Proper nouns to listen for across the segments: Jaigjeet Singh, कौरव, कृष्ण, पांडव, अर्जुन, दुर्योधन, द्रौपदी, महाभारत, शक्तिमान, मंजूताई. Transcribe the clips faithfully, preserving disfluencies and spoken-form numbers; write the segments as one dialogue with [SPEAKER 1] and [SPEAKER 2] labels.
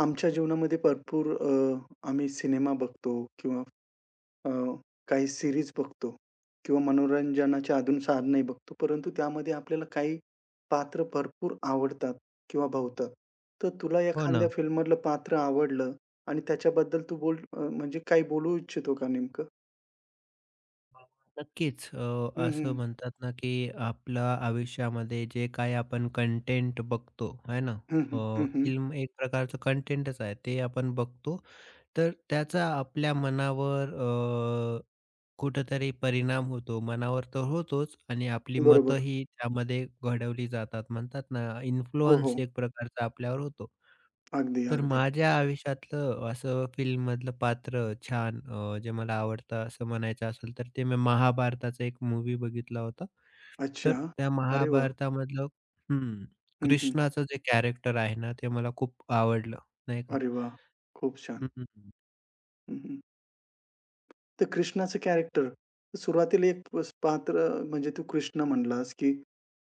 [SPEAKER 1] आमच्या जीवनामध्ये भरपूर अ, आम्ही cinema बघतो किंवा अ, काही series बघतो किंवा मनोरंजनाची अजून साधनही बघतो. परंतु त्यामध्ये आपल्याला काही पात्र भरपूर आवडतात किंवा भावतात. तर तुला
[SPEAKER 2] हो
[SPEAKER 1] एखाद्या
[SPEAKER 2] ना.
[SPEAKER 1] फिल्ममधलं पात्र आवडलं आणि त्याच्याबद्दल तू बोल, अ, म्हणजे काही बोलू इच्छितो का नेमकं?
[SPEAKER 2] नक्कीच. अ,
[SPEAKER 1] हं,
[SPEAKER 2] असं
[SPEAKER 1] हं.
[SPEAKER 2] म्हणतात ना, की आपल्या आयुष्यामध्ये जे काय आपण कंटेंट बघतो, है ना?
[SPEAKER 1] हं,
[SPEAKER 2] अ,
[SPEAKER 1] हं. हं, हं.
[SPEAKER 2] फिल्म एक प्रकारचं कंटेंटच आहे. ते आपण बघतो. तर त्याचा आपल्या मनावर अ, कुठेतरी परिणाम होतो. मनावर तर होतोच आणि आपली
[SPEAKER 1] बरोबर.
[SPEAKER 2] मतंही त्यामध्ये घडवली जातात. म्हणतात ना,
[SPEAKER 1] हो, हो.
[SPEAKER 2] इन्फ्लुअन्स एक प्रकारचा आपल्यावर होतो.
[SPEAKER 1] अगदी,
[SPEAKER 2] तर
[SPEAKER 1] अगदी.
[SPEAKER 2] माझ्या आयुष्यातलं असं फिल्ममधलं पात्र छान अ, जे मला आवडतं असं म्हणायचं असेल तर ते मी महाभारताचा एक मूव्ही बघितला होता.
[SPEAKER 1] अच्छा.
[SPEAKER 2] तर त्या
[SPEAKER 1] अरे वाह!
[SPEAKER 2] महाभारतामधलं हं,
[SPEAKER 1] हं, हं.
[SPEAKER 2] कृष्णाचं जे कॅरेक्टर आहे ना, ते मला खूप आवडलं, नाही का?
[SPEAKER 1] अरे वाह! खूप छान.
[SPEAKER 2] हं,
[SPEAKER 1] हं, हं. तर कृष्णाचं कॅरेक्टर सुरुवातीला एक प पात्र म्हणजे तू कृष्ण म्हणलास, की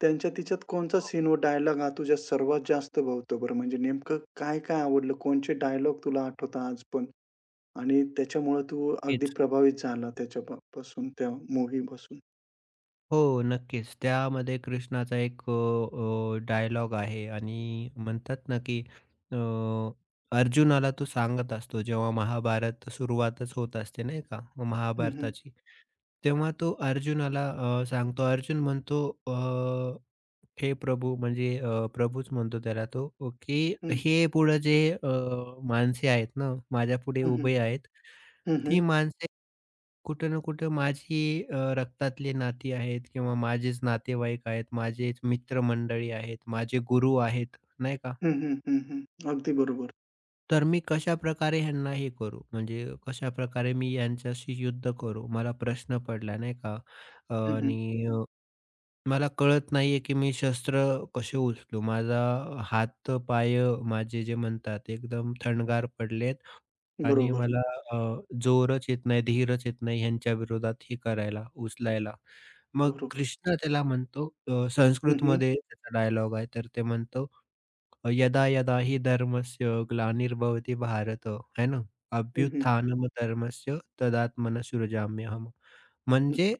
[SPEAKER 1] त्यांच्या तिच्यात कोणचा सीन व डायलॉग हा तुझ्या सर्वात जास्त भावतो बरं? म्हणजे नेमकं काय-काय आवडलं? कोणचे डायलॉग तुला आठवता आज पण? आणि त्याच्यामुळे तू अगदी प्रभावित झाला त्याच्या प पासून त्या मूव्हीपासून?
[SPEAKER 2] हो, नक्कीच. त्यामध्ये कृष्णाचा एक डायलॉग आहे आणि म्हणतात ना, की अ, अर्जुनाला तो सांगत असतो जेव्हा महाभारत सुरुवातच होत असते नाही का
[SPEAKER 1] हं, हं.
[SPEAKER 2] महाभारताची. तेव्हा तो अर्जुनाला अ, सांगतो. अर्जुन म्हणतो अ, "हे प्रभू" म्हणजे अ, प्रभूच म्हणतो त्याला तो, अ, की
[SPEAKER 1] हं,
[SPEAKER 2] "हे पुढे जे अ, माणसे आहेत ना, माझ्यापुढे
[SPEAKER 1] हं, हं.
[SPEAKER 2] उभे आहेत,
[SPEAKER 1] हं,
[SPEAKER 2] ती
[SPEAKER 1] हं.
[SPEAKER 2] माणसे कुठे ना कुठे माझी अ, रक्तातली नाती आहेत किंवा माझेच नातेवाईक आहेत, माझेच मित्रमंडळी आहेत, माझे गुरु आहेत, नाही का?
[SPEAKER 1] हं, अगदी बरोबर.
[SPEAKER 2] तर मी कशाप्रकारे ह्यांना हे करू? म्हणजे कशाप्रकारे मी यांच्याशी युद्ध करू? मला प्रश्न पडला, नाही का? अ,
[SPEAKER 1] हं,
[SPEAKER 2] आणि अ, मला कळत नाहीये की मी शस्त्र कसे उचलू? माझा हात, पाय माझे जे म्हणतात एकदम थंडगार पडलेत. आणि
[SPEAKER 1] बरोबर,
[SPEAKER 2] मला अ, जोरच येत नाही, धीरच येत नाही ह्यांच्या विरोधात हे करायला, उचलायला. मग
[SPEAKER 1] बरोबर.
[SPEAKER 2] कृष्ण त्याला म्हणतो अ,
[SPEAKER 1] हं, हं.
[SPEAKER 2] संस्कृतमध्ये त्याचा डायलॉग आहे, तर ते म्हणतो अ, "यदा यदा हि धर्मस्य ग्लानिर्भवति भारत" है ना?
[SPEAKER 1] हं, हं.
[SPEAKER 2] "अभ्युत्थानं धर्मस्य तदात्मन सृजाम्यहम्." म्हणजे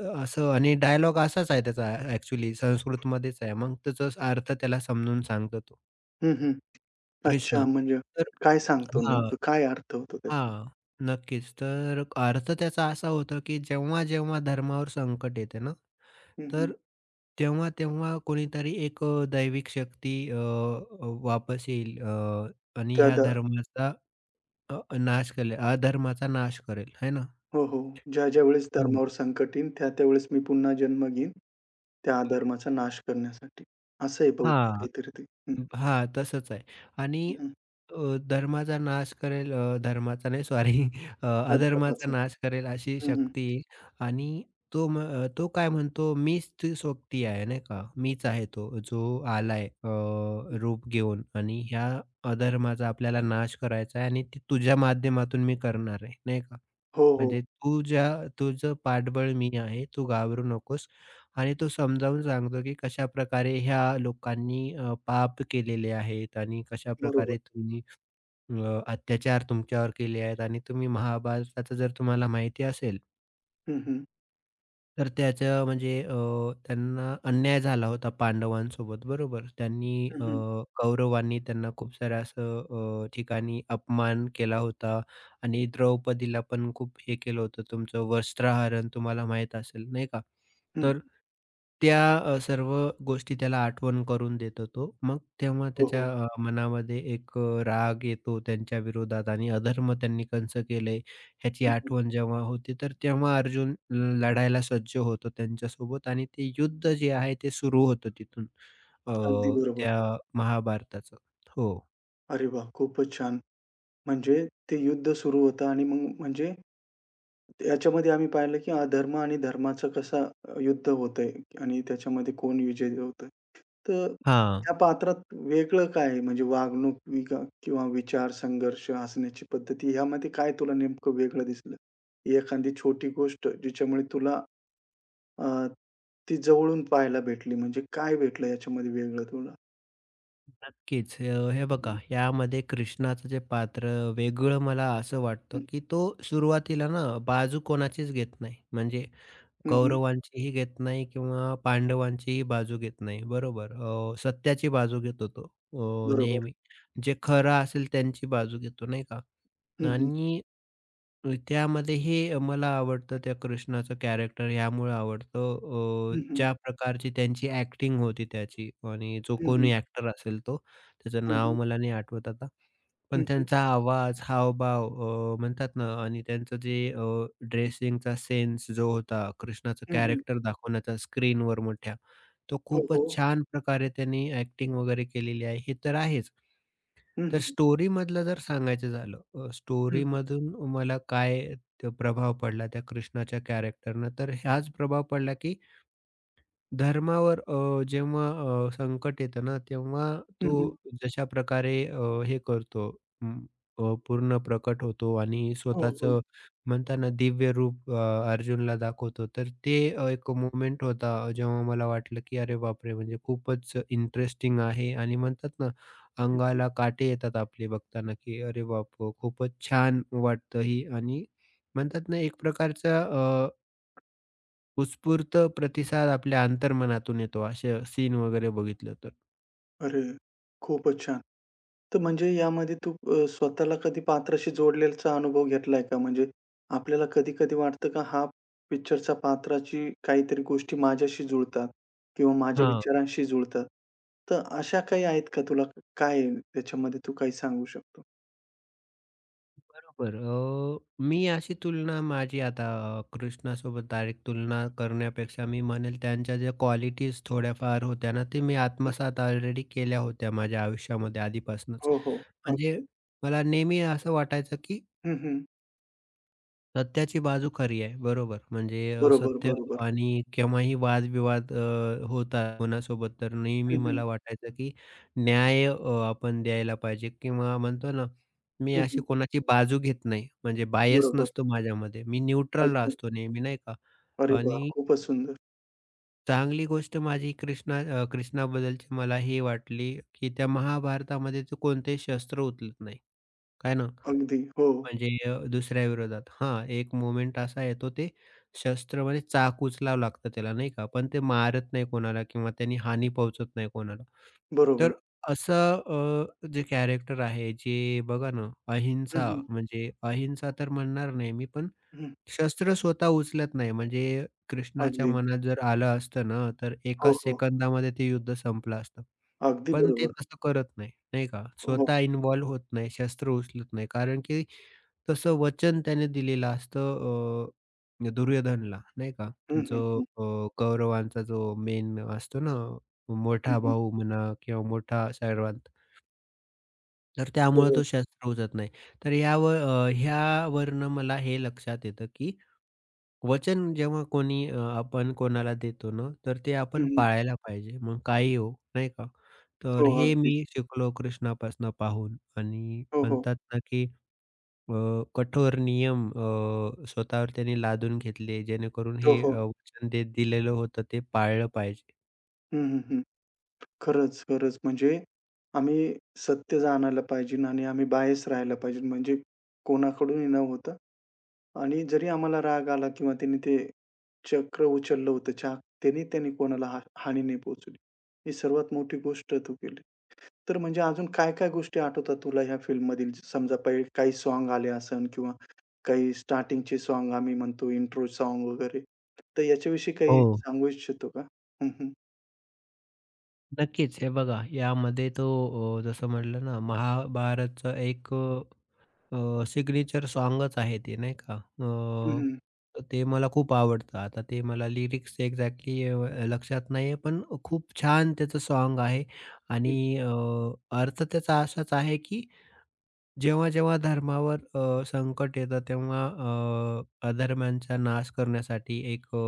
[SPEAKER 2] अ, असं आणि डायलॉग असाच आहे त्याचा ॲक्चुअली संस्कृतमध्येच आहे. मग त्याचा अर्थ त्याला समजून सांगतो तो
[SPEAKER 1] अच्छा,
[SPEAKER 2] कृष्ण.
[SPEAKER 1] म्हणजे
[SPEAKER 2] तर
[SPEAKER 1] काय सांगतो
[SPEAKER 2] हां.
[SPEAKER 1] नेमकं? काय अर्थ होतो त्याचा?
[SPEAKER 2] हां, नक्कीच. तर अर्थ त्याचा असा होता, की जेव्हा-जेव्हा धर्मावर संकट येते ना,
[SPEAKER 1] हं,
[SPEAKER 2] तर तेव्हा-तेव्हा कोणीतरी एक अ, दैविक शक्ती अ, अ, वापस येईल अ, आणि
[SPEAKER 1] त्या
[SPEAKER 2] ह्या
[SPEAKER 1] द
[SPEAKER 2] धर्माचा अ, नाश करेल, अधर्माचा नाश करेल, है ना?
[SPEAKER 1] हो, हो. ज्या-ज्या वेळेस
[SPEAKER 2] हं,
[SPEAKER 1] धर्मावर संकट येईन, त्या-त्या मी पुन्हा जन्म घेईन, त्या
[SPEAKER 2] बरोबर.
[SPEAKER 1] अधर्माचा नाश करण्यासाठी. असं आहे बहुतेक
[SPEAKER 2] हां.
[SPEAKER 1] काहीतरी ते. हं,
[SPEAKER 2] हां, तसंच आहे.
[SPEAKER 1] हं,
[SPEAKER 2] आणि
[SPEAKER 1] हं.
[SPEAKER 2] अ, धर्माचा नाश करेल अ, धर्माचा नाही सॉरी अधर्माचा
[SPEAKER 1] अधर्माचं.
[SPEAKER 2] नाश करेल अशी
[SPEAKER 1] हं, हं.
[SPEAKER 2] शक्ती आहे आणि तो म अ, तो काय म्हणतो, मीच ती सोबती आहे नाही का. मीच आहे तो जो आलाय अ, रूप घेऊन आणि ह्या अधर्माचा आपल्याला नाश करायचा आहे आणि ती तुझ्या माध्यमातून मी करणार आहे, नाही का.
[SPEAKER 1] हो, हो.
[SPEAKER 2] म्हणजे तू ज्या तुझं पाठबळ मी आहे, तू घाबरू नकोस आणि तो समजावून सांगतो, की कशाप्रकारे ह्या लोकांनी अ, पाप केलेले आहेत आणि
[SPEAKER 1] बरोबर.
[SPEAKER 2] कशाप्रकारे तुम्ही अ, अत्याचार तुमच्यावर केले आहेत आणि तुम्ही महाभारताचं जर तुम्हाला माहिती असेल
[SPEAKER 1] हं, हं.
[SPEAKER 2] तर त्याचं म्हणजे अ, त्यांना अन्याय झाला होता पांडवांसोबत बरोबर. त्यांनी
[SPEAKER 1] हं,
[SPEAKER 2] अ,
[SPEAKER 1] हं.
[SPEAKER 2] कौरवांनी त्यांना खूप साऱ्या असं अ, ठिकाणी अपमान केला होता आणि द्रौपदीला पण खूप हे केलं होतं. तुमचं वस्त्रहरण तुम्हाला माहीत असेल नाही का?
[SPEAKER 1] हं.
[SPEAKER 2] तर त्या अ, सर्व गोष्टी त्याला आठवण करून देतो तो. मग तेव्हा
[SPEAKER 1] हो,
[SPEAKER 2] त्याच्या
[SPEAKER 1] हो.
[SPEAKER 2] अ, मनामध्ये एक अ, राग येतो त्यांच्या विरोधात आणि अधर्म त्यांनी कंस केले ह्याची
[SPEAKER 1] हं, हं.
[SPEAKER 2] आठवण जेव्हा होते, तर तेव्हा अर्जुन लढायला सज्ज होतो त्यांच्यासोबत आणि ते युद्ध जे आहे ते सुरू होतं तिथून. अ,
[SPEAKER 1] अगदी बरोबर.
[SPEAKER 2] त्या महाभारताचं. हो.
[SPEAKER 1] अरे वाह! खूपच छान. म्हणजे ते युद्ध सुरू होतं आणि मग म्हणजे याच्यामध्ये आम्ही पाहिलं, की अधर्म आणि धर्माचं कसं अ, युद्ध होतंय आणि त्याच्यामध्ये कोण विजयी होतंय. तर
[SPEAKER 2] हां,
[SPEAKER 1] या पात्रात वेगळं काय आहे? म्हणजे वागणूक विका किंवा विचार, संघर्ष असण्याची पद्धती यामध्ये काय तुला नेमकं वेगळं दिसलं? एखादी छोटी गोष्ट जिच्यामुळे तुला, अ, ती जवळून पाहायला भेटली म्हणजे काय भेटलं याच्यामध्ये वेगळं तुला?
[SPEAKER 2] नक्कीच. अ, हे
[SPEAKER 1] हं,
[SPEAKER 2] बघा यामध्ये कृष्णाचं जे पात्र वेगळं मला असं वाटतं,
[SPEAKER 1] हं,
[SPEAKER 2] की तो सुरुवातीला ना बाजू कोणाचीच घेत नाही. म्हणजे
[SPEAKER 1] हं, हं.
[SPEAKER 2] कौरवांचीही घेत नाही किंवा पांडवांचीही बाजू घेत नाही. बरोबर. अ, सत्याची बाजू घेतो तो अ,
[SPEAKER 1] बरोबर.
[SPEAKER 2] नेहमी. जे खरं असेल त्यांची बाजू घेतो नाही का?
[SPEAKER 1] हं.
[SPEAKER 2] आणि त्यामध्ये हे मला आवडतं त्या कृष्णाचं कॅरेक्टर ह्यामुळे आवडतं अ,
[SPEAKER 1] हं, हं.
[SPEAKER 2] ज्या प्रकारची त्यांची ॲक्टिंग होती त्याची आणि जो
[SPEAKER 1] हं, हं.
[SPEAKER 2] कोणी ॲक्टर असेल तो, त्याचं
[SPEAKER 1] हं,
[SPEAKER 2] नाव
[SPEAKER 1] हं.
[SPEAKER 2] मला नाही आठवत आता. पण
[SPEAKER 1] हं, हं.
[SPEAKER 2] त्यांचा आवाज, हावभाव अ, म्हणतात ना आणि त्यांचं जे अ, ड्रेसिंगचा सेन्स जो होता, कृष्णाचं
[SPEAKER 1] हं, हं.
[SPEAKER 2] कॅरेक्टर दाखवण्याचा स्क्रीनवर मोठ्या, तो
[SPEAKER 1] हो,
[SPEAKER 2] खूपच
[SPEAKER 1] हो.
[SPEAKER 2] छान प्रकारे त्यांनी ॲक्टिंग वगैरे केलेली आहे, हे तर आहेच.
[SPEAKER 1] हं,
[SPEAKER 2] तर
[SPEAKER 1] हं.
[SPEAKER 2] स्टोरीमधलं जर सांगायचं झालं, अ,
[SPEAKER 1] हं, हं.
[SPEAKER 2] स्टोरीमधून मला काय त प्रभाव पडला त्या कृष्णाच्या कॅरेक्टरनं, तर हाच प्रभाव पडला की धर्मावर अ, जेव्हा अ, संकट येतं ना, तेव्हा
[SPEAKER 1] हं,
[SPEAKER 2] तो
[SPEAKER 1] हं.
[SPEAKER 2] जशा प्रकारे अ, हे करतो अं, अ, पूर्ण प्रकट होतो आणि
[SPEAKER 1] हो, हो.
[SPEAKER 2] स्वतःचं म्हणतात ना, दिव्य रूप अ, अर्जुनला दाखवतो. तर ते अ, एक मोमेंट होता, जेव्हा मला वाटलं, की अरे बापरे! म्हणजे खूपच इंटरेस्टिंग आहे आणि म्हणतात ना, अंगाला काटे येतात आपले बघताना, की अरे बाप! खूपच छान वाटतं ही आणि म्हणतात ना, एक प्रकारचा उत्स्फूर्त प्रतिसाद आपल्या अंतर्मनातून येतो असे सीन वगैरे बघितलं तर.
[SPEAKER 1] अरे! खूपच छान. तर म्हणजे यामध्ये तू, अ, स्वतःला कधी पात्राशी जोडलेलाचा अनुभव घेतलाय का? म्हणजे आपल्याला कधी-कधी वाटतं का हा पिक्चरच्या पात्राची काहीतरी गोष्टी माझ्याशी जुळतात किंवा माझ्या
[SPEAKER 2] हां,
[SPEAKER 1] विचारांशी जुळतात. तर अशा काही आहेत का तुला? काय आहे त्याच्यामध्ये तू काही सांगू शकतो?
[SPEAKER 2] बरोबर. अ, मी अशी तुलना माझी आता अ, कृष्णासोबत डायरेक्ट तुलना करण्यापेक्षा मी म्हणेल त्यांच्या ज्या क्वालिटीज थोड्याफार होत्या ना, ते मी
[SPEAKER 1] हं.
[SPEAKER 2] आत्मसात ऑलरेडी केल्या होत्या माझ्या आयुष्यामध्ये आधीपासूनच.
[SPEAKER 1] हो, हो.
[SPEAKER 2] म्हणजे
[SPEAKER 1] अगदी.
[SPEAKER 2] मला नेहमी असं वाटायचं की
[SPEAKER 1] हं, हं.
[SPEAKER 2] सत्याची बाजू खरी आहे. बरोबर. म्हणजे अ,
[SPEAKER 1] बरोबर,
[SPEAKER 2] सत्य
[SPEAKER 1] बरोबर.
[SPEAKER 2] आणि केव्हाही वादविवाद अ, होतात कोणासोबत तर नेहमी
[SPEAKER 1] हं, हं.
[SPEAKER 2] मला वाटायचं, की न्याय अ, आपण द्यायला पाहिजे किंवा म्हणतो ना, मी
[SPEAKER 1] हं,
[SPEAKER 2] अशी
[SPEAKER 1] हं.
[SPEAKER 2] कोणाची बाजू घेत नाही. म्हणजे बायस
[SPEAKER 1] बरोबर.
[SPEAKER 2] नसतो माझ्यामध्ये. मी न्यूट्रल
[SPEAKER 1] अच्छा.
[SPEAKER 2] असतो नेहमी नाही का?
[SPEAKER 1] अरे वाह!
[SPEAKER 2] आणि
[SPEAKER 1] खूपच सुंदर.
[SPEAKER 2] चांगली गोष्ट माझी कृष्णा अ, कृष्णाबद्दलची मला ही वाटली, की त्या महाभारतामध्ये तो कोणतेही शस्त्र उचलत नाही. काय ना?
[SPEAKER 1] अगदी. हो.
[SPEAKER 2] म्हणजे अ, दुसऱ्या विरोधात. हां, एक मोमेंट असा येतो ते शस्त्र म्हणजे चाक उचलावं लागतं त्याला नाही का? पण ते मारत नाही कोणाला किंवा त्यांनी हानी पोहोचत नाही कोणाला.
[SPEAKER 1] बरोबर.
[SPEAKER 2] तर असं अ, जे कॅरेक्टर आहे जे बघा ना
[SPEAKER 1] हं,
[SPEAKER 2] अहिंसा
[SPEAKER 1] हं.
[SPEAKER 2] म्हणजे अहिंसा तर म्हणणार नाही मी पण
[SPEAKER 1] हं.
[SPEAKER 2] शस्त्र स्वतः उचलत नाही म्हणजे कृष्णाच्या
[SPEAKER 1] अगदी.
[SPEAKER 2] मनात जर आलं असतं ना, तर
[SPEAKER 1] हो,
[SPEAKER 2] एका
[SPEAKER 1] हो.
[SPEAKER 2] सेकंदामध्ये ते युद्ध संपलं असतं.
[SPEAKER 1] अगदी
[SPEAKER 2] पण ते
[SPEAKER 1] बरोबर.
[SPEAKER 2] तसं करत नाही, नाही का?
[SPEAKER 1] हो.
[SPEAKER 2] स्वतः इन्व्हॉल्व होत नाही, शस्त्र उचलत नाही कारण की तसं वचन त्याने दिलेलं असतं अ, दुर्योधनला नाही का?
[SPEAKER 1] हं, हं,
[SPEAKER 2] जो
[SPEAKER 1] हं.
[SPEAKER 2] अ, कौरवांचा जो मेन असतो ना,
[SPEAKER 1] हं,
[SPEAKER 2] मोठा
[SPEAKER 1] हं.
[SPEAKER 2] भाऊ म्हणा किंवा मोठा सर्वांत, तर
[SPEAKER 1] हो,
[SPEAKER 2] त्यामुळे
[SPEAKER 1] हो.
[SPEAKER 2] तो शस्त्र उचलत नाही. तर यावर अ, ह्यावरनं मला हे लक्षात येतं, की वचन जेव्हा कोणी अ, आपण कोणाला देतो ना, तर ते
[SPEAKER 1] हं,
[SPEAKER 2] आपण
[SPEAKER 1] हं.
[SPEAKER 2] पाळायला पाहिजे. मग काही हो, नाही का? तर
[SPEAKER 1] हो,
[SPEAKER 2] हे मी
[SPEAKER 1] अगदीच.
[SPEAKER 2] शिकलो कृष्णापासून पाहून आणि
[SPEAKER 1] हो, हो.
[SPEAKER 2] म्हणतात ना, की अ, कठोर नियम अ, स्वतःवर त्यांनी लादून घेतले, जेणेकरून
[SPEAKER 1] हो,
[SPEAKER 2] हे अ,
[SPEAKER 1] हो.
[SPEAKER 2] वचन ते दिलेलं होतं ते पाळलं पाहिजे.
[SPEAKER 1] हं, हं, हं. खरंच, खरंच. म्हणजे आम्ही सत्य जाणायला पाहिजे आणि आम्ही बायस राहायला पाहिजे म्हणजे कोणाकडूनही न होता आणि जरी आम्हाला राग आला किंवा त्यांनी ते चक्र उचललं होतं चाक, त्याने त्यांनी कोणाला हा हानी नाही पोहोचवली. ही सर्वात मोठी गोष्ट तू केली. तर म्हणजे अजून काय-काय गोष्टी आठवतात तुला ह्या फिल्ममधील? समजा पहिले काही सॉन्ग आले असन किंवा काही स्टार्टिंगचे सॉन्ग आम्ही म्हणतो इंट्रो सॉन्ग वगैरे. तर याच्याविषयी
[SPEAKER 2] हो.
[SPEAKER 1] काही सांगू इच्छितो का? हं, हं.
[SPEAKER 2] नक्कीच, हे बघा यामध्ये तो अ, जसं म्हटलं ना महाभारतचं एक अ, सिग्नेचर सॉन्गच आहे ते नाही का?
[SPEAKER 1] हं,
[SPEAKER 2] अ,
[SPEAKER 1] हं.
[SPEAKER 2] तर ते मला खूप आवडतं. आता ते मला लिरिक्स एक्झॅक्टली लक्षात नाही आहे, पण खूप छान त्याचं सॉन्ग आहे आणि अ, अर्थ त्याचा असाच आहे की जेव्हा, जेव्हा धर्मावर अ, संकट येतं तेव्हा अ, अधर्मांचा नाश करण्यासाठी एक अ,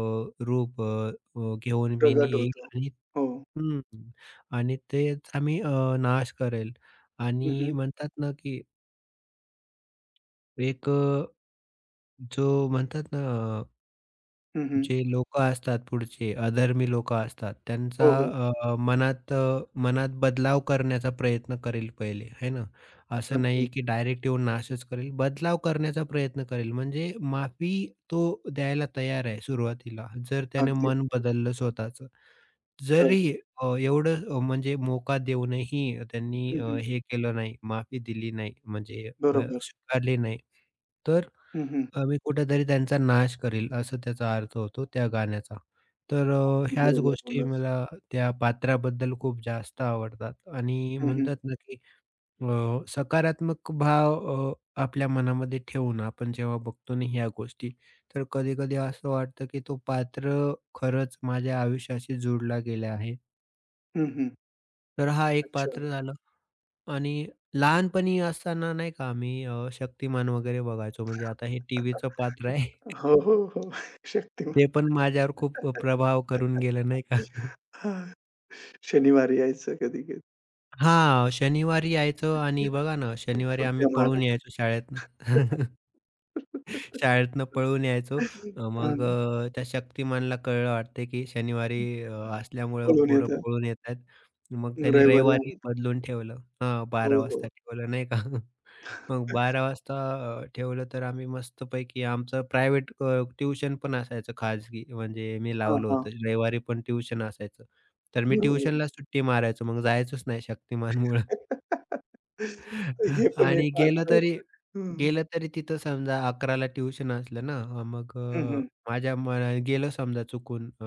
[SPEAKER 2] रूप अ, अ, घेऊन मी
[SPEAKER 1] प्रगट
[SPEAKER 2] येईल
[SPEAKER 1] होतो.
[SPEAKER 2] आणि
[SPEAKER 1] हो.
[SPEAKER 2] हं, आणि तेच आम्ही अ, नाश करेल
[SPEAKER 1] हं,
[SPEAKER 2] आणि
[SPEAKER 1] हं.
[SPEAKER 2] म्हणतात ना, की एक अ, जो म्हणतात ना
[SPEAKER 1] हं, हं.
[SPEAKER 2] जे लोकं असतात पुढचे अधर्मी लोकं असतात त्यांचा
[SPEAKER 1] हो, हो.
[SPEAKER 2] अ, मनात अ, मनात बदलाव करण्याचा प्रयत्न करेल पहिले, आहे ना? असं नाही
[SPEAKER 1] अगदी,
[SPEAKER 2] की डायरेक्ट येऊन नाशच करेल, बदलाव करण्याचा प्रयत्न करेल. म्हणजे माफी तो द्यायला तयार आहे सुरुवातीला, जर त्याने
[SPEAKER 1] अगदी.
[SPEAKER 2] मन बदललं स्वतःचं.
[SPEAKER 1] तर
[SPEAKER 2] जरी अ, एवढं अ, म्हणजे मोका देऊनही त्यांनी
[SPEAKER 1] हं,
[SPEAKER 2] अ,
[SPEAKER 1] हं.
[SPEAKER 2] हे केलं नाही, माफी दिली नाही म्हणजे अ,
[SPEAKER 1] बरोबर.
[SPEAKER 2] स्वीकारली नाही, तर
[SPEAKER 1] हं, हं.
[SPEAKER 2] आम्ही कुठेतरी त्यांचा नाश करील, असं त्याचा अर्थ होतो त्या गाण्याचा. तर अ,
[SPEAKER 1] अगदी
[SPEAKER 2] ह्याच
[SPEAKER 1] बरोबर
[SPEAKER 2] गोष्टी
[SPEAKER 1] बोललास.
[SPEAKER 2] मला त्या पात्राबद्दल खूप जास्त आवडतात आणि
[SPEAKER 1] हं, हं.
[SPEAKER 2] म्हणतात ना, की अ, सकारात्मक भाव अ, आपल्या मनामध्ये ठेवून आपण जेव्हा बघतो ना ह्या गोष्टी, तर कधी-कधी असं वाटतं, की तो पात्र खरंच माझ्या आयुष्याशी जोडला गेला आहे.
[SPEAKER 1] हं, हं.
[SPEAKER 2] तर हा एक
[SPEAKER 1] अच्छा.
[SPEAKER 2] पात्र झालं आणि लहानपणी असताना नाही का आम्ही अ, शक्तिमान वगैरे बघायचो म्हणजे आता हे टीव्हीचं पात्र आहे.
[SPEAKER 1] हो, हो, हो. शक्तिमान.
[SPEAKER 2] ते पण माझ्यावर खूप प्रभाव करून गेलं नाही का?
[SPEAKER 1] हां. शनिवारी यायचं कधी-कधी.
[SPEAKER 2] हां, शनिवारी यायचो आणि बघा ना, शनिवारी आम्ही
[SPEAKER 1] सुट्ट्या
[SPEAKER 2] पळून
[SPEAKER 1] मारायच्या.
[SPEAKER 2] यायचो शाळेतनं. शाळेतनं पळून यायचो. अ, मग
[SPEAKER 1] हां.
[SPEAKER 2] अ, त्या शक्तिमानला कळलं वाटतं, की शनिवारी अ, असल्यामुळं
[SPEAKER 1] पळून
[SPEAKER 2] पोरं
[SPEAKER 1] येतात.
[SPEAKER 2] पळून येतायत. मग त्यांनी
[SPEAKER 1] रविवारी
[SPEAKER 2] रविवारी
[SPEAKER 1] आलं.
[SPEAKER 2] बदलून ठेवलं. हां,
[SPEAKER 1] हो,
[SPEAKER 2] बारा वाजता
[SPEAKER 1] हो.
[SPEAKER 2] ठेवलं नाही का? मग बारा वाजता अ, ठेवलं तर आम्ही मस्तपैकी आमचं प्रायव्हेट अ, पण असायचं खाजगी म्हणजे मी
[SPEAKER 1] हां,
[SPEAKER 2] लावलं
[SPEAKER 1] हां.
[SPEAKER 2] होतं. रविवारी पण ट्यूशन असायचं. तर मी
[SPEAKER 1] बरोबर.
[SPEAKER 2] ट्युशनला सुट्टी मारायचो. मग जायचोच नाही शक्तिमानमुळं.
[SPEAKER 1] हे पण एक
[SPEAKER 2] आणि गेलं
[SPEAKER 1] पात्र
[SPEAKER 2] तरी
[SPEAKER 1] होतं. हं, हं.
[SPEAKER 2] गेलं तरी तिथं समजा 11:00ला ट्युशन असलं ना, अ, मग अ,
[SPEAKER 1] हं, हं.
[SPEAKER 2] माझ्या मना गेलं समजा चुकून अ,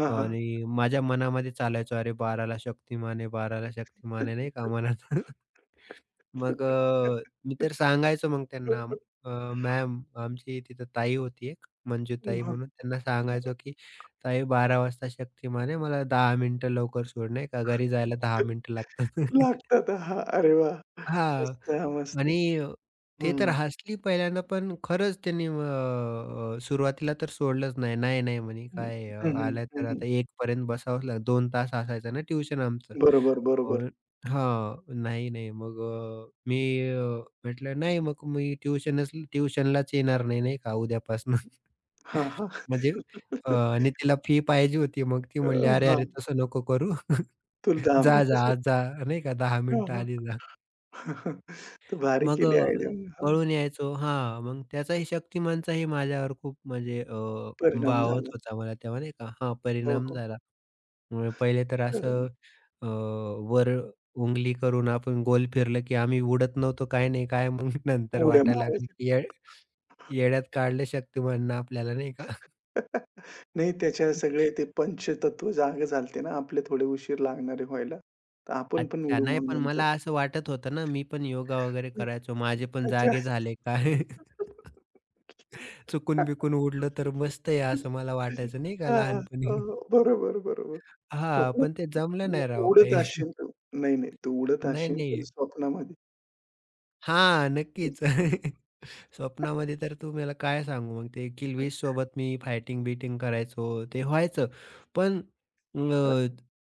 [SPEAKER 1] हां, हां.
[SPEAKER 2] आणि माझ्या मनामध्ये चालायचं अरे 12:00ला शक्तिमान आहे, 12:00ला शक्तिमान आहे नाही का मनात. मग अ, मी तर सांगायचो मग त्यांना अ, मॅम आमची तिथं ताई होती एक, मंजूताई
[SPEAKER 1] हां.
[SPEAKER 2] म्हणून त्यांना सांगायचो, की "ताई बारा वाजता शक्तिमान आहे, मला दहा मिनिटं लवकर सोड नाही का घरी जायला दहा मिनिटं लागतात."
[SPEAKER 1] लागतात. हां. अरे वाह!
[SPEAKER 2] हां.
[SPEAKER 1] मस्त, मस्त.
[SPEAKER 2] आणि ते तर
[SPEAKER 1] हं.
[SPEAKER 2] हसली पहिल्यांदा, पण खरंच त्यांनी अ, अ, सुरुवातीला तर सोडलंच नाही. "नाही, नाही," म्हणे,
[SPEAKER 1] हं,
[SPEAKER 2] "काय अ,
[SPEAKER 1] हं,
[SPEAKER 2] आला तर
[SPEAKER 1] हं, हं.
[SPEAKER 2] आता एक पर्यंत बसावंच लागेल." दोन तास असायचं ना ट्युशन आमचं.
[SPEAKER 1] बरोबर, बरोबर.
[SPEAKER 2] अ, हां. नाही, नाही. मग अ, मी अ, म्हटलं, "नाही, मग मी ट्युशनच ट्युशनलाच येणार नाही, नाही का उद्यापासून."
[SPEAKER 1] हां, हां.
[SPEAKER 2] म्हणजे अ, आणि तिला फी पाहिजे होती. मग ती
[SPEAKER 1] अ,
[SPEAKER 2] म्हणली, "अरे,
[SPEAKER 1] हां,
[SPEAKER 2] अरे, तसं नको करू.
[SPEAKER 1] तुला दहा
[SPEAKER 2] जा,
[SPEAKER 1] मिनिटं
[SPEAKER 2] जा,
[SPEAKER 1] सुट
[SPEAKER 2] आज जा, नाही का दहा
[SPEAKER 1] हां,
[SPEAKER 2] मिनिटं
[SPEAKER 1] हां.
[SPEAKER 2] आधी जा."
[SPEAKER 1] तर भारी
[SPEAKER 2] मग
[SPEAKER 1] केली
[SPEAKER 2] अ,
[SPEAKER 1] आयडिया. हां,
[SPEAKER 2] पळून यायचो हां, मग त्याचाही शक्तिमानचाही माझ्यावर खूप म्हणजे अ,
[SPEAKER 1] परिणाम
[SPEAKER 2] वावत
[SPEAKER 1] झाला.
[SPEAKER 2] होता मला तेव्हा नाही का हां,
[SPEAKER 1] हो,
[SPEAKER 2] परिणाम
[SPEAKER 1] हो.
[SPEAKER 2] झाला. मग पहिले तर
[SPEAKER 1] तर
[SPEAKER 2] असं अ, वर उंगली करून आपण गोल फिरलं, की आम्ही उडत नव्हतो काय नाही काय मग नंतर
[SPEAKER 1] उड्या
[SPEAKER 2] वाटायला लागलं,
[SPEAKER 1] मारायच्या.
[SPEAKER 2] की ये येड्यात काढलं शक्तिमाननं आपल्याला नाही का.
[SPEAKER 1] नाही त्याच्या सगळे ते पंचतत्व जागे झालते ना आपले थोडे उशीर लागणारे व्हायला. तर आपण पण
[SPEAKER 2] अच्छा
[SPEAKER 1] उडू
[SPEAKER 2] नाही
[SPEAKER 1] मग
[SPEAKER 2] पण
[SPEAKER 1] नंतर.
[SPEAKER 2] मला असं वाटत होतं ना, मी पण योगा वगैरे करायचो. माझे पण
[SPEAKER 1] अच्छा.
[SPEAKER 2] जागे झाले काय चुकून-बिकून उडलं तर मस्त आहे असं मला वाटायचं नाही का
[SPEAKER 1] हां, हां.
[SPEAKER 2] लहानपणी.
[SPEAKER 1] हो, हो. बरोबर, बरोबर.
[SPEAKER 2] हां,
[SPEAKER 1] स्वप्नात
[SPEAKER 2] पण ते जमलं
[SPEAKER 1] मग
[SPEAKER 2] नाही
[SPEAKER 1] तू
[SPEAKER 2] राव
[SPEAKER 1] उडत
[SPEAKER 2] काही.
[SPEAKER 1] असशील तू. नाही, नाही. तू उडत
[SPEAKER 2] नाही,
[SPEAKER 1] असशील पण
[SPEAKER 2] नाही.
[SPEAKER 1] स्वप्नामध्ये.
[SPEAKER 2] हां, नक्कीच. स्वप्नामध्ये तर तुम्हाला काय सांगू मग ते किल वीस सोबत मी फायटिंग-बिटिंग करायचो, ते व्हायचं. पण अ,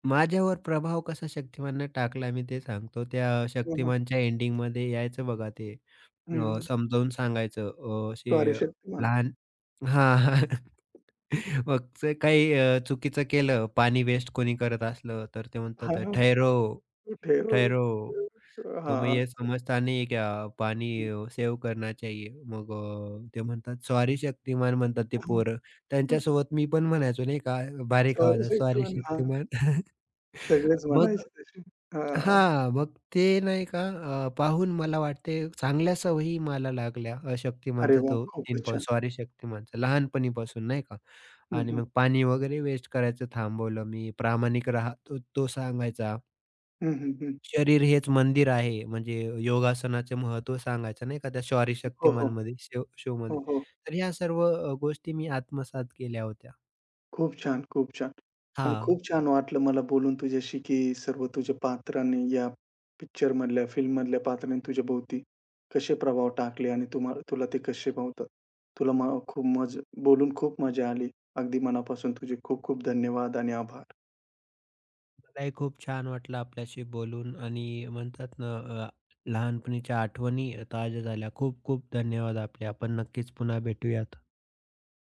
[SPEAKER 2] माझ्यावर प्रभाव कसा शक्तिमाननं टाकला मी ते सांगतो. त्या
[SPEAKER 1] हां, हां.
[SPEAKER 2] शक्तिमानच्या एंडिंगमध्ये यायचं बघा ते अ,
[SPEAKER 1] हं.
[SPEAKER 2] समजावून सांगायचं अ, असे
[SPEAKER 1] सॉरी शक्तिमान.
[SPEAKER 2] लहान हां, मग ते काही अ, चुकीचं केलं, पाणी वेस्ट कोणी करत असलं, तर ते
[SPEAKER 1] हां,
[SPEAKER 2] म्हणतात
[SPEAKER 1] हां.
[SPEAKER 2] "ठहरो,
[SPEAKER 1] कुठे हो?
[SPEAKER 2] ठहरो, तुम्हें
[SPEAKER 1] हां.
[SPEAKER 2] ये समझता नहीं है क्या पानी सेव्ह करना चाहिए." मग अ, ते म्हणतात "सॉरी शक्तिमान" म्हणतात ते
[SPEAKER 1] हां.
[SPEAKER 2] पोरं. त्यांच्यासोबत मी पण म्हणायचो नाही का बारीक
[SPEAKER 1] सॉरी
[SPEAKER 2] आवाजात "सॉरी
[SPEAKER 1] शक्तिमान. हां.
[SPEAKER 2] शक्तिमान."
[SPEAKER 1] सगळेच
[SPEAKER 2] मग
[SPEAKER 1] म्हणायचे तसे. हां.
[SPEAKER 2] हां, मग ते नाही का अ, पाहून मला वाटते चांगल्या सवयी मला लागल्या अ,
[SPEAKER 1] अरे
[SPEAKER 2] शक्तिमानचा
[SPEAKER 1] वाह!
[SPEAKER 2] तो तीन
[SPEAKER 1] खूपच
[SPEAKER 2] पाऊल
[SPEAKER 1] छान.
[SPEAKER 2] सॉरी शक्तिमानचा लहानपणीपासून नाही का
[SPEAKER 1] हं,
[SPEAKER 2] आणि
[SPEAKER 1] हं.
[SPEAKER 2] मग पाणी वगैरे वेस्ट करायचं थांबवलं मी. प्रामाणिक राहा तो तो सांगायचा.
[SPEAKER 1] हं, हं, हं.
[SPEAKER 2] शरीर हेच मंदिर आहे म्हणजे योगासनाचे महत्त्व सांगायचं नाही का त्या सॉरी
[SPEAKER 1] हो, हो.
[SPEAKER 2] शक्तिमानमध्ये शो
[SPEAKER 1] हो,
[SPEAKER 2] शोमध्ये.
[SPEAKER 1] हो.
[SPEAKER 2] तर ह्या सर्व अ, गोष्टी मी आत्मसात केल्या होत्या.
[SPEAKER 1] खूप छान, खूप छान. आणि
[SPEAKER 2] हां.
[SPEAKER 1] खूप छान वाटलं मला बोलून तुझ्याशी, की सर्व तुझ्या पात्रांनी या पिक्चरमधल्या, फिल्ममधल्या पात्रांनी तुझ्या भोवती कसे प्रभाव टाकले आणि तुम्हा तुला ते कसे भावतात. तुला म खूप मज बोलून खूप मजा आली. अगदी मनापासून तुझे खूप खूप धन्यवाद आणि आभार.
[SPEAKER 2] मलाही खूप छान वाटलं आपल्याशी बोलून आणि म्हणतात ना अ, लहानपणीच्या आठवणी ताज्या झाल्या. खूप खूप धन्यवाद आपले. आपण नक्कीच पुन्हा भेटूयात.